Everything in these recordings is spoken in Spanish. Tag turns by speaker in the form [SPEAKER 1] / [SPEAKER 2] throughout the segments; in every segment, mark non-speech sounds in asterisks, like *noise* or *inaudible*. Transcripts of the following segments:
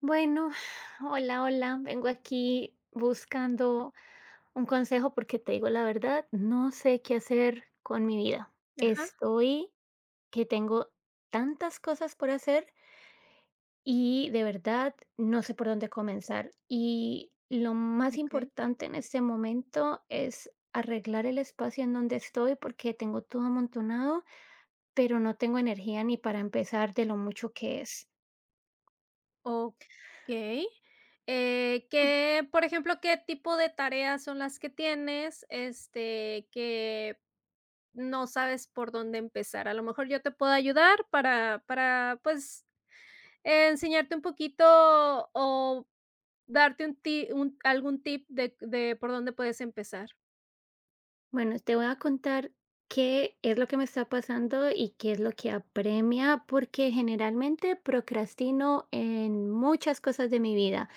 [SPEAKER 1] Bueno, hola, hola. Vengo aquí buscando un consejo porque te digo la verdad, no sé qué hacer con mi vida.
[SPEAKER 2] Ajá,
[SPEAKER 1] Estoy que tengo tantas cosas por hacer y de verdad no sé por dónde comenzar. Y lo más
[SPEAKER 2] okey.
[SPEAKER 1] importante en este momento es arreglar el espacio en donde estoy porque tengo todo amontonado, pero no tengo energía ni para empezar de lo mucho que es.
[SPEAKER 2] Okey. ¿Qué, por ejemplo, qué tipo de tareas son las que tienes, que no sabes por dónde empezar? A lo mejor yo te puedo ayudar para, pues, enseñarte un poquito o darte un algún tip de por dónde puedes empezar.
[SPEAKER 1] Bueno, te voy a contar qué es lo que me está pasando y qué es lo que apremia, porque generalmente procrastino en muchas cosas de mi vida,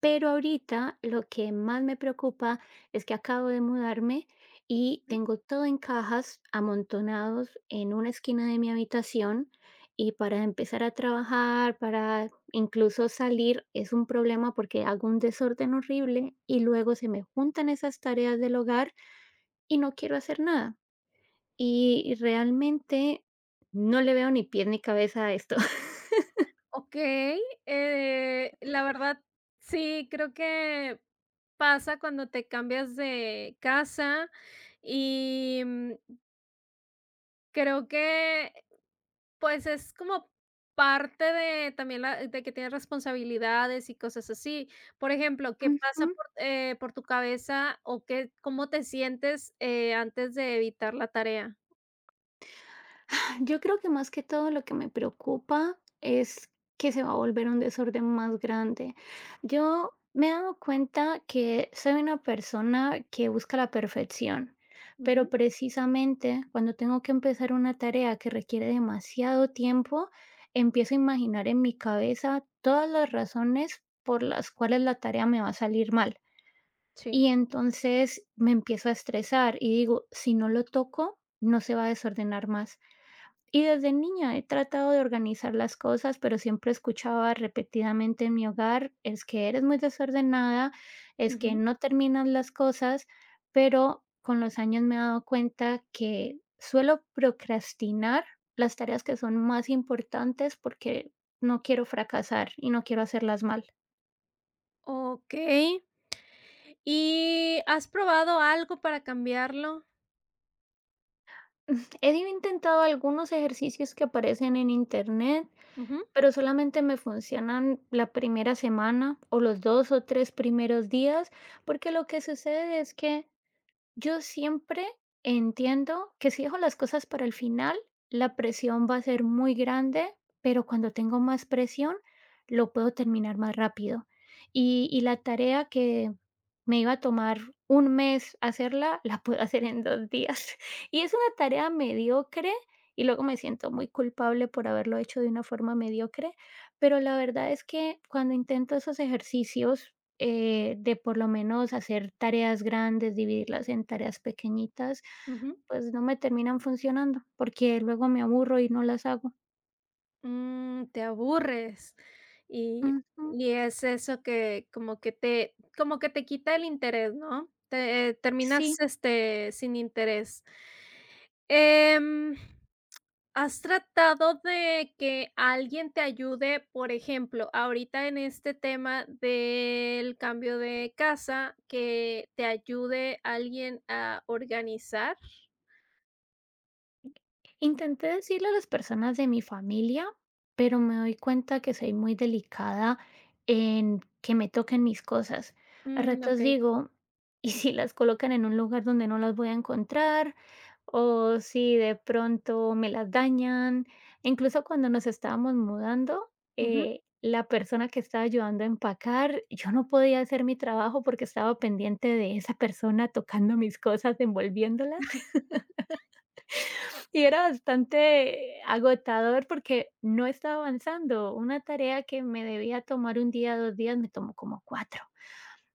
[SPEAKER 1] pero ahorita lo que más me preocupa es que acabo de mudarme y
[SPEAKER 2] Ujú.
[SPEAKER 1] tengo todo en cajas amontonados en una esquina de mi habitación y para empezar a trabajar, para incluso salir, es un problema porque hago un desorden horrible y luego se me juntan esas tareas del hogar y no quiero hacer nada. Y realmente no le veo ni pie ni cabeza a esto.
[SPEAKER 2] Okey, la verdad, sí, creo que pasa cuando te cambias de casa y, creo que, pues, es como parte de también la de que tienes responsabilidades y cosas así. Por ejemplo,
[SPEAKER 1] *laughs*
[SPEAKER 2] ¿qué pasa
[SPEAKER 1] Ujú.
[SPEAKER 2] por tu cabeza o qué cómo te sientes, antes de evitar la tarea?
[SPEAKER 1] Yo creo que más que todo lo que me preocupa es que se va a volver un desorden más grande. Yo me he dado cuenta que soy una persona que busca la perfección, pero
[SPEAKER 2] Ujú,
[SPEAKER 1] precisamente cuando tengo que empezar una tarea que requiere demasiado tiempo, empiezo a imaginar en mi cabeza todas las razones por las cuales la tarea me va a salir mal.
[SPEAKER 2] sí,
[SPEAKER 1] Y entonces me empiezo a estresar y digo, si no lo toco, no se va a desordenar más. Y desde niña he tratado de organizar las cosas, pero siempre escuchaba repetidamente en mi hogar, es que eres muy desordenada, es que
[SPEAKER 2] ujú.
[SPEAKER 1] no terminas las cosas, pero con los años me he dado cuenta que suelo procrastinar las tareas que son más importantes porque no quiero fracasar y no quiero hacerlas mal.
[SPEAKER 2] Okey, ¿y has probado algo para cambiarlo?
[SPEAKER 1] He intentado algunos ejercicios que aparecen en internet,
[SPEAKER 2] Ujú.
[SPEAKER 1] pero solamente me funcionan la primera semana o los dos o tres primeros días, porque lo que sucede es que yo siempre entiendo que si dejo las cosas para el final, la presión va a ser muy grande, pero cuando tengo más presión, lo puedo terminar más rápido. Y la tarea que me iba a tomar un mes hacerla, la puedo *laughs* hacer en dos días. *laughs* Y es una tarea mediocre y luego me siento muy culpable por haberlo hecho de una forma mediocre, pero la verdad es que cuando intento esos ejercicios, de por lo menos hacer tareas grandes, dividirlas en tareas pequeñitas,
[SPEAKER 2] Ujú.
[SPEAKER 1] pues no me terminan funcionando, porque luego me aburro y no las hago.
[SPEAKER 2] Mm, te aburres. Y
[SPEAKER 1] Ujú,
[SPEAKER 2] y es eso que como que te quita el interés, ¿no? Te
[SPEAKER 1] sí.
[SPEAKER 2] terminas, sin interés. Em, ¿Has tratado de que alguien te ayude? Por ejemplo, ahorita en este tema del cambio de casa, que te ayude alguien a organizar.
[SPEAKER 1] Intenté decirle a las personas de mi familia, pero me doy cuenta que soy muy delicada en que me toquen mis cosas. A
[SPEAKER 2] Mm,
[SPEAKER 1] ratos
[SPEAKER 2] okey.
[SPEAKER 1] digo, ¿y si las colocan en un lugar donde no las voy a encontrar? ¿O si de pronto me las dañan? Incluso cuando nos estábamos mudando, la persona que estaba ayudando a empacar, yo no podía hacer mi trabajo porque estaba pendiente de esa persona tocando mis cosas, envolviéndolas. Y era bastante agotador porque no estaba avanzando. Una tarea que me debía tomar un día, 2 días, me tomó como cuatro.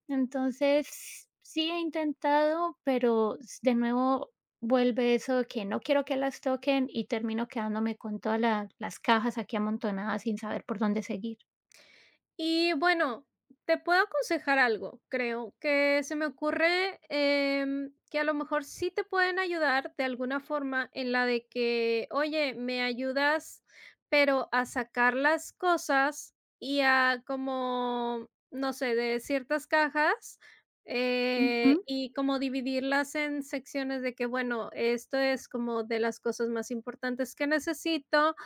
[SPEAKER 1] Entonces, sí he intentado, pero s de nuevo vuelve eso de que no quiero que las toquen y termino quedándome con todas la las cajas aquí amontonadas sin saber por dónde seguir.
[SPEAKER 2] Y bueno, te puedo aconsejar algo, creo, que se me ocurre que a lo mejor sí te pueden ayudar de alguna forma en la de que, oye, me ayudas, pero a sacar las cosas y a como, no sé, de ciertas cajas.
[SPEAKER 1] Ujú,
[SPEAKER 2] Y como dividirlas en secciones de que, bueno, esto es como de las cosas más importantes que necesito,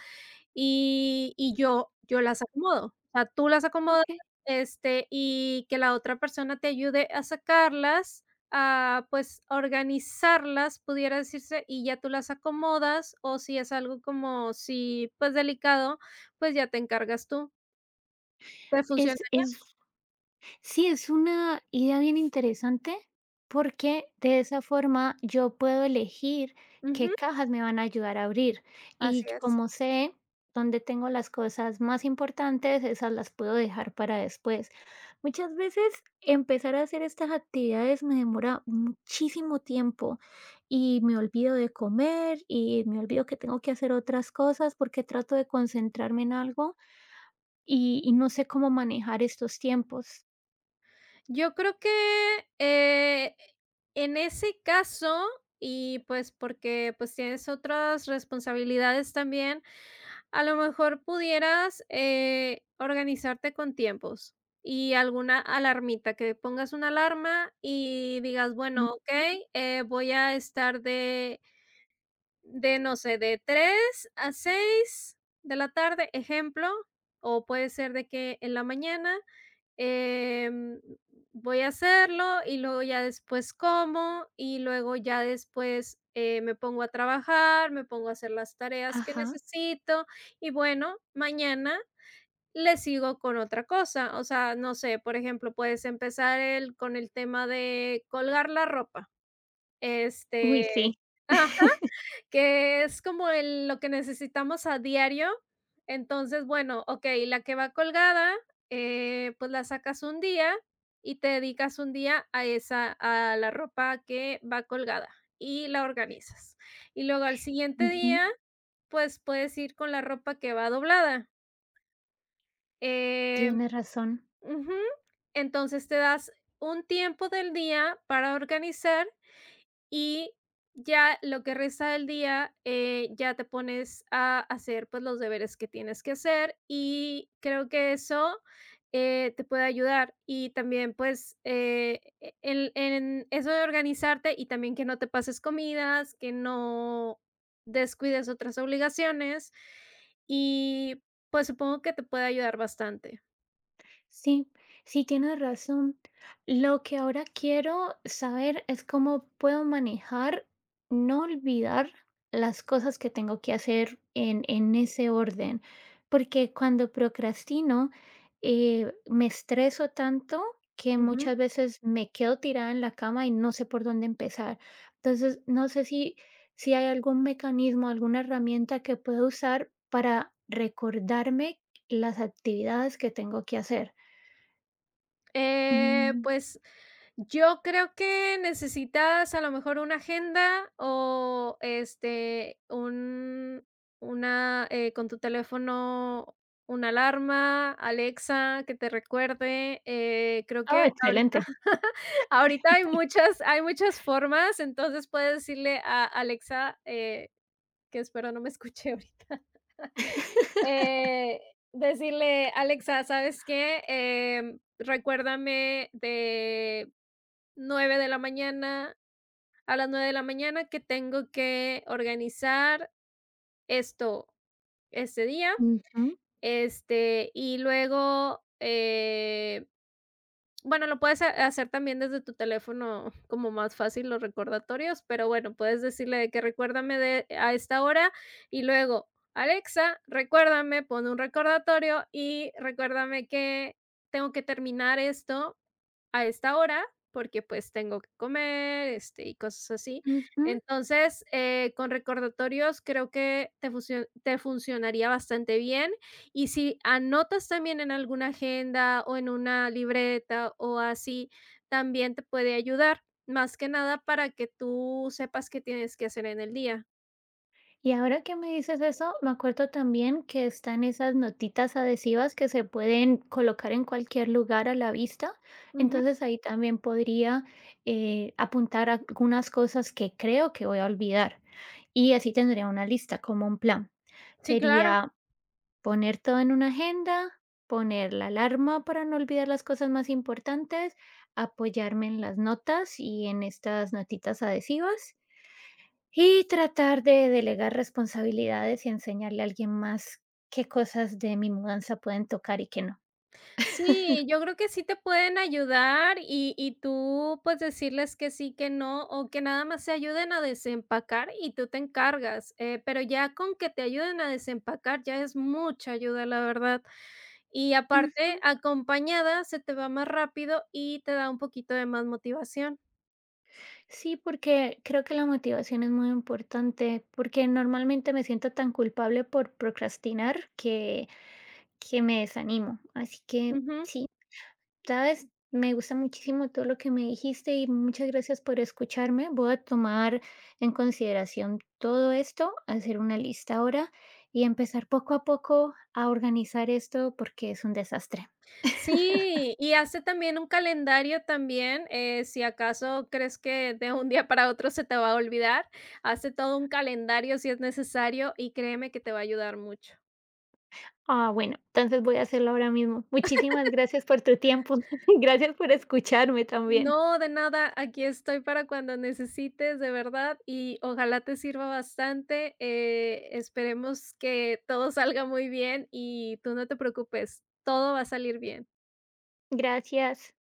[SPEAKER 2] y yo las acomodo. O sea, tú las acomodas,
[SPEAKER 1] okey.
[SPEAKER 2] y que la otra persona te ayude a sacarlas, a, pues, organizarlas, pudiera decirse, y ya tú las acomodas, o si es algo como si pues, delicado, pues, ya te encargas tú. ¿Te
[SPEAKER 1] Es
[SPEAKER 2] funcionaría?
[SPEAKER 1] es sí, es una idea bien interesante porque de esa forma yo puedo elegir qué
[SPEAKER 2] Ujú,
[SPEAKER 1] cajas me van a ayudar a abrir y
[SPEAKER 2] así es.
[SPEAKER 1] como sé dónde tengo las cosas más importantes, esas las puedo dejar para después. Muchas veces empezar a hacer estas actividades me demora muchísimo tiempo y me olvido de comer y me olvido que tengo que hacer otras cosas porque trato de concentrarme en algo y no sé cómo manejar estos tiempos.
[SPEAKER 2] Yo creo que, eh, en ese caso, y, pues, porque, pues, tienes otras responsabilidades también. A lo mejor pudieras, organizarte con tiempos y alguna alarmita, que pongas una alarma y digas:
[SPEAKER 1] Mm,
[SPEAKER 2] "Bueno, okey, voy a estar de no sé, de 3 a 6 de la tarde", ejemplo, o puede ser de que en la mañana. Em, Voy a hacerlo y luego ya después como y luego ya después, me pongo a trabajar, me pongo a hacer las tareas que
[SPEAKER 1] ajá.
[SPEAKER 2] necesito y bueno, mañana le sigo con otra cosa. O sea, no sé, por ejemplo, puedes empezar el con el tema de colgar la ropa.
[SPEAKER 1] Uy,
[SPEAKER 2] Este
[SPEAKER 1] sí. *laughs*
[SPEAKER 2] que es como el lo que necesitamos a diario. Entonces, bueno, okey, la que va colgada, pues la sacas un día y te dedicas un día a esa a la ropa que va colgada y la organizas. Y luego al siguiente
[SPEAKER 1] Ujú,
[SPEAKER 2] día, pues puedes ir con la ropa que va doblada. Eh,
[SPEAKER 1] tiene razón.
[SPEAKER 2] ujú. Entonces te das un tiempo del día para organizar y ya lo que resta del día, ya te pones a hacer, pues, los deberes que tienes que hacer, y creo que eso, te puede ayudar. Y también, pues, e el en eso de organizarte y también que no te pases comidas, que no descuides otras obligaciones, y, pues, supongo que te puede ayudar bastante.
[SPEAKER 1] Sí, sí tienes razón. Lo que ahora quiero saber es cómo puedo manejar, no olvidar las cosas que tengo que hacer en ese orden, porque cuando procrastino, me estreso tanto que muchas veces me quedo tirada en la cama y no sé por dónde empezar. Entonces, no sé si hay algún mecanismo, alguna herramienta que pueda usar para recordarme las actividades que tengo que hacer. Mm.
[SPEAKER 2] Pues, yo creo que necesitas a lo mejor una agenda o, con tu teléfono, una alarma, Alexa, que te recuerde, creo
[SPEAKER 1] Ah,
[SPEAKER 2] que ahorita
[SPEAKER 1] excelente.
[SPEAKER 2] *laughs* ahorita hay muchas formas, entonces puedes decirle a Alexa, que espero no me escuche *laughs* ahorita, eh, decirle: "Alexa, ¿sabes qué? Recuérdame de 9 de la mañana, a las 9 de la mañana que tengo que organizar esto este día,
[SPEAKER 1] Ujú,
[SPEAKER 2] y luego, bueno, lo puedes ha hacer también desde tu teléfono como más fácil los recordatorios, pero bueno, puedes decirle de que recuérdame de a esta hora y luego: "Alexa, recuérdame, pon un recordatorio y recuérdame que tengo que terminar esto a esta hora, porque, pues, tengo que comer, y cosas así.
[SPEAKER 1] ujú.
[SPEAKER 2] Entonces, con recordatorios creo que te funcionaría bastante bien. Y si anotas también en alguna agenda o en una libreta o así, también te puede ayudar, más que nada para que tú sepas qué tienes que hacer en el día.
[SPEAKER 1] Y ahora que me dices eso, me acuerdo también que están esas notitas adhesivas que se pueden colocar en cualquier lugar a la vista.
[SPEAKER 2] Ujú.
[SPEAKER 1] Entonces ahí también podría apuntar algunas cosas que creo que voy a olvidar y así tendría una lista como un plan.
[SPEAKER 2] Sí, claro.
[SPEAKER 1] Sería poner todo en una agenda, poner la alarma para no olvidar las cosas más importantes, apoyarme en las notas y en estas notitas adhesivas y tratar de delegar responsabilidades y enseñarle a alguien más qué cosas de mi mudanza pueden tocar y qué no.
[SPEAKER 2] Sí, yo creo que sí te pueden ayudar y tú, pues, decirles que sí, que no, o que nada más se ayuden a desempacar y tú te encargas, pero ya con que te ayuden a desempacar ya es mucha ayuda, la verdad. Y
[SPEAKER 1] Mm,
[SPEAKER 2] aparte, acompañada se te va más rápido y te da un poquito de más motivación.
[SPEAKER 1] sí, porque creo que la motivación es muy importante, porque normalmente me siento tan culpable por procrastinar que me desanimo. Así que
[SPEAKER 2] Ujú.
[SPEAKER 1] sí, ¿sabes? Me gusta muchísimo todo lo que me dijiste y muchas gracias por escucharme. Voy a tomar en consideración todo esto, hacer una lista ahora y empezar poco a poco a organizar esto porque es un desastre.
[SPEAKER 2] Sí, y hace también un calendario también, si acaso crees que de un día para otro se te va a olvidar, hace todo un calendario si es necesario y créeme que te va a ayudar mucho.
[SPEAKER 1] Ah, bueno, entonces voy a hacerlo ahora mismo. Muchísimas gracias por tu tiempo. *laughs* Gracias por escucharme también.
[SPEAKER 2] No, de nada, aquí estoy para cuando necesites, de verdad, y ojalá te sirva bastante. Esperemos que todo salga muy bien y tú no te preocupes, todo va a salir bien.
[SPEAKER 1] Gracias.